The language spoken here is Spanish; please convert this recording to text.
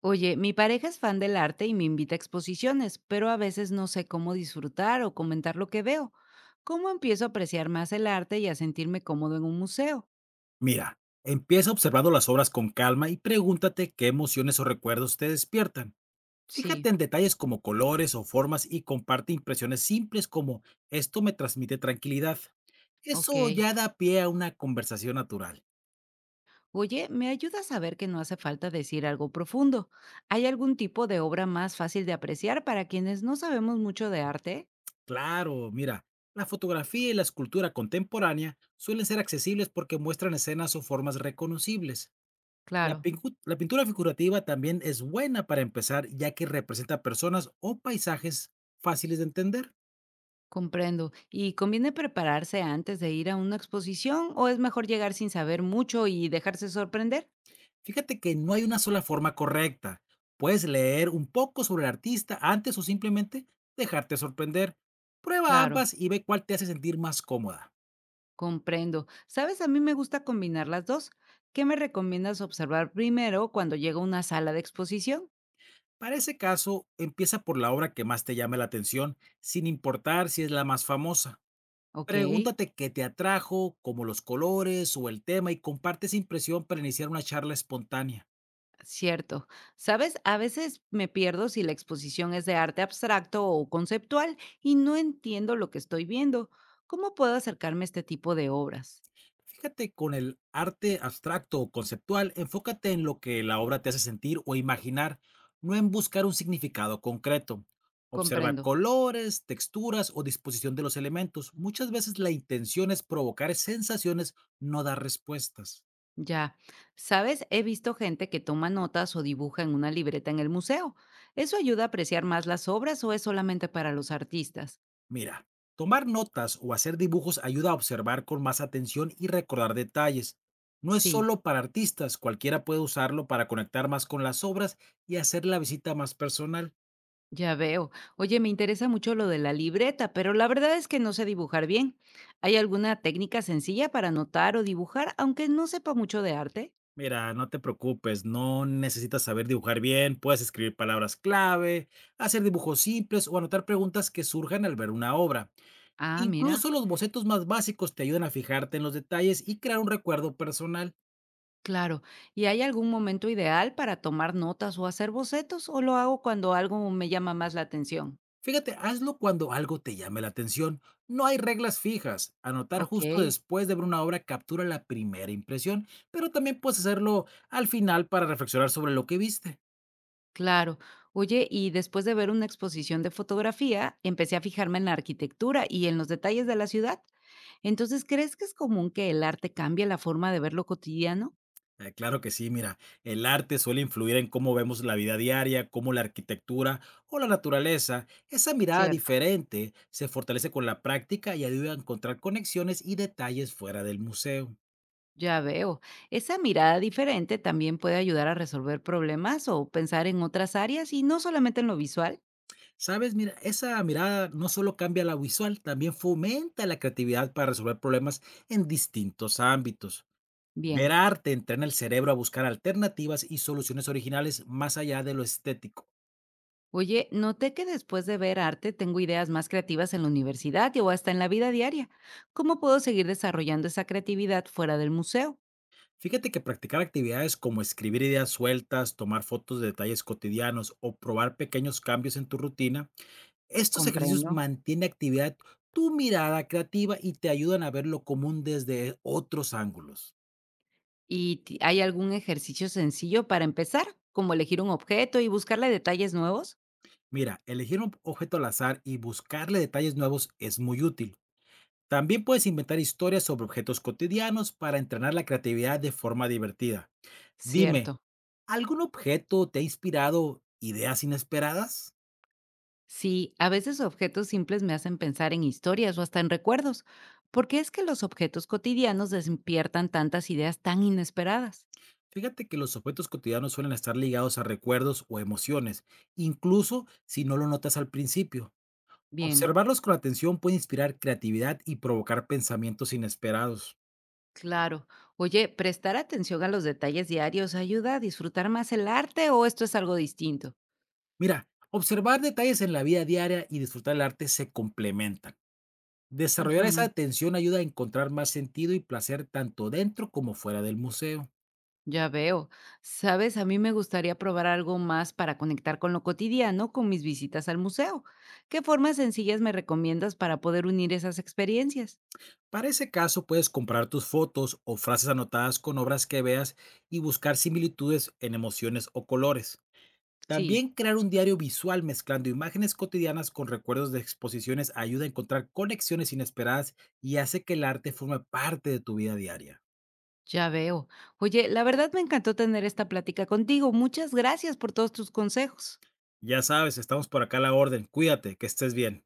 Oye, mi pareja es fan del arte y me invita a exposiciones, pero a veces no sé cómo disfrutar o comentar lo que veo. ¿Cómo empiezo a apreciar más el arte y a sentirme cómodo en un museo? Mira, empieza observando las obras con calma y pregúntate qué emociones o recuerdos te despiertan. Sí, Fíjate en detalles como colores o formas y comparte impresiones simples como esto me transmite tranquilidad. Eso ok. ya da pie a una conversación natural. Oye, me ayuda a saber que no hace falta decir algo profundo. ¿Hay algún tipo de obra más fácil de apreciar para quienes no sabemos mucho de arte? Claro, mira, la fotografía y la escultura contemporánea suelen ser accesibles porque muestran escenas o formas reconocibles. Claro, La pintura figurativa también es buena para empezar ya que representa personas o paisajes fáciles de entender. comprendo. ¿Y conviene prepararse antes de ir a una exposición o es mejor llegar sin saber mucho y dejarse sorprender? Fíjate que no hay una sola forma correcta. Puedes leer un poco sobre el artista antes o simplemente dejarte sorprender. Prueba Claro. ambas y ve cuál te hace sentir más cómoda. Comprendo. Sabes, a mí me gusta combinar las dos. ¿Qué me recomiendas observar primero cuando llego a una sala de exposición? Para ese caso, empieza por la obra que más te llame la atención, sin importar si es la más famosa. Ok, Pregúntate qué te atrajo, como los colores o el tema, y comparte esa impresión para iniciar una charla espontánea. cierto. Sabes, a veces me pierdo si la exposición es de arte abstracto o conceptual y no entiendo lo que estoy viendo. ¿Cómo puedo acercarme a este tipo de obras? Fíjate, con el arte abstracto o conceptual, enfócate en lo que la obra te hace sentir o imaginar, no en buscar un significado concreto. Observa Comprendo. colores, texturas o disposición de los elementos. Muchas veces la intención es provocar sensaciones, no dar respuestas. Ya. Sabes, he visto gente que toma notas o dibuja en una libreta en el museo. ¿Eso ayuda a apreciar más las obras o es solamente para los artistas? Mira, tomar notas o hacer dibujos ayuda a observar con más atención y recordar detalles. No es Sí. solo para artistas, cualquiera puede usarlo para conectar más con las obras y hacer la visita más personal. Ya veo. Oye, me interesa mucho lo de la libreta, pero la verdad es que no sé dibujar bien. ¿Hay alguna técnica sencilla para anotar o dibujar, aunque no sepa mucho de arte? Mira, no te preocupes, no necesitas saber dibujar bien, puedes escribir palabras clave, hacer dibujos simples o anotar preguntas que surjan al ver una obra. Ah, mira, Incluso los bocetos más básicos te ayudan a fijarte en los detalles y crear un recuerdo personal. claro. ¿Y hay algún momento ideal para tomar notas o hacer bocetos, o lo hago cuando algo me llama más la atención? Fíjate, hazlo cuando algo te llame la atención. No hay reglas fijas. Anotar Ok, justo después de ver una obra captura la primera impresión, pero también puedes hacerlo al final para reflexionar sobre lo que viste. claro. Oye, y después de ver una exposición de fotografía, empecé a fijarme en la arquitectura y en los detalles de la ciudad. Entonces, ¿crees que es común que el arte cambie la forma de ver lo cotidiano? Ah, claro que sí, mira, el arte suele influir en cómo vemos la vida diaria, cómo la arquitectura o la naturaleza. Esa mirada Cierto. diferente se fortalece con la práctica y ayuda a encontrar conexiones y detalles fuera del museo. Ya veo. Esa mirada diferente también puede ayudar a resolver problemas o pensar en otras áreas y no solamente en lo visual. Sabes, mira, esa mirada no solo cambia la visual, también fomenta la creatividad para resolver problemas en distintos ámbitos. Ver Bien. arte entrena el cerebro a buscar alternativas y soluciones originales más allá de lo estético. Oye, noté que después de ver arte tengo ideas más creativas en la universidad y o hasta en la vida diaria. ¿Cómo puedo seguir desarrollando esa creatividad fuera del museo? Fíjate que practicar actividades como escribir ideas sueltas, tomar fotos de detalles cotidianos o probar pequeños cambios en tu rutina, estos ejercicios Comprendo. mantienen actividad tu mirada creativa y te ayudan a ver lo común desde otros ángulos. ¿ Hay algún ejercicio sencillo para empezar, como elegir un objeto y buscarle detalles nuevos? Mira, elegir un objeto al azar y buscarle detalles nuevos es muy útil. También puedes inventar historias sobre objetos cotidianos para entrenar la creatividad de forma divertida. Dime, Cierto. ¿algún objeto te ha inspirado ideas inesperadas? Sí, a veces objetos simples me hacen pensar en historias o hasta en recuerdos. ¿Por qué es que los objetos cotidianos despiertan tantas ideas tan inesperadas? Fíjate que los objetos cotidianos suelen estar ligados a recuerdos o emociones, incluso si no lo notas al principio. Bien, Observarlos con atención puede inspirar creatividad y provocar pensamientos inesperados. claro. Oye, ¿prestar atención a los detalles diarios ayuda a disfrutar más el arte o esto es algo distinto? Mira, observar detalles en la vida diaria y disfrutar el arte se complementan. Desarrollar esa Ujú, atención ayuda a encontrar más sentido y placer tanto dentro como fuera del museo. ya veo. Sabes, a mí me gustaría probar algo más para conectar con lo cotidiano con mis visitas al museo. ¿Qué formas sencillas me recomiendas para poder unir esas experiencias? Para ese caso, puedes comprar tus fotos o frases anotadas con obras que veas y buscar similitudes en emociones o colores. Sí. También crear un diario visual mezclando imágenes cotidianas con recuerdos de exposiciones ayuda a encontrar conexiones inesperadas y hace que el arte forme parte de tu vida diaria. Ya veo. Oye, la verdad me encantó tener esta plática contigo. Muchas gracias por todos tus consejos. Ya sabes, estamos por acá a la orden. Cuídate, que estés bien.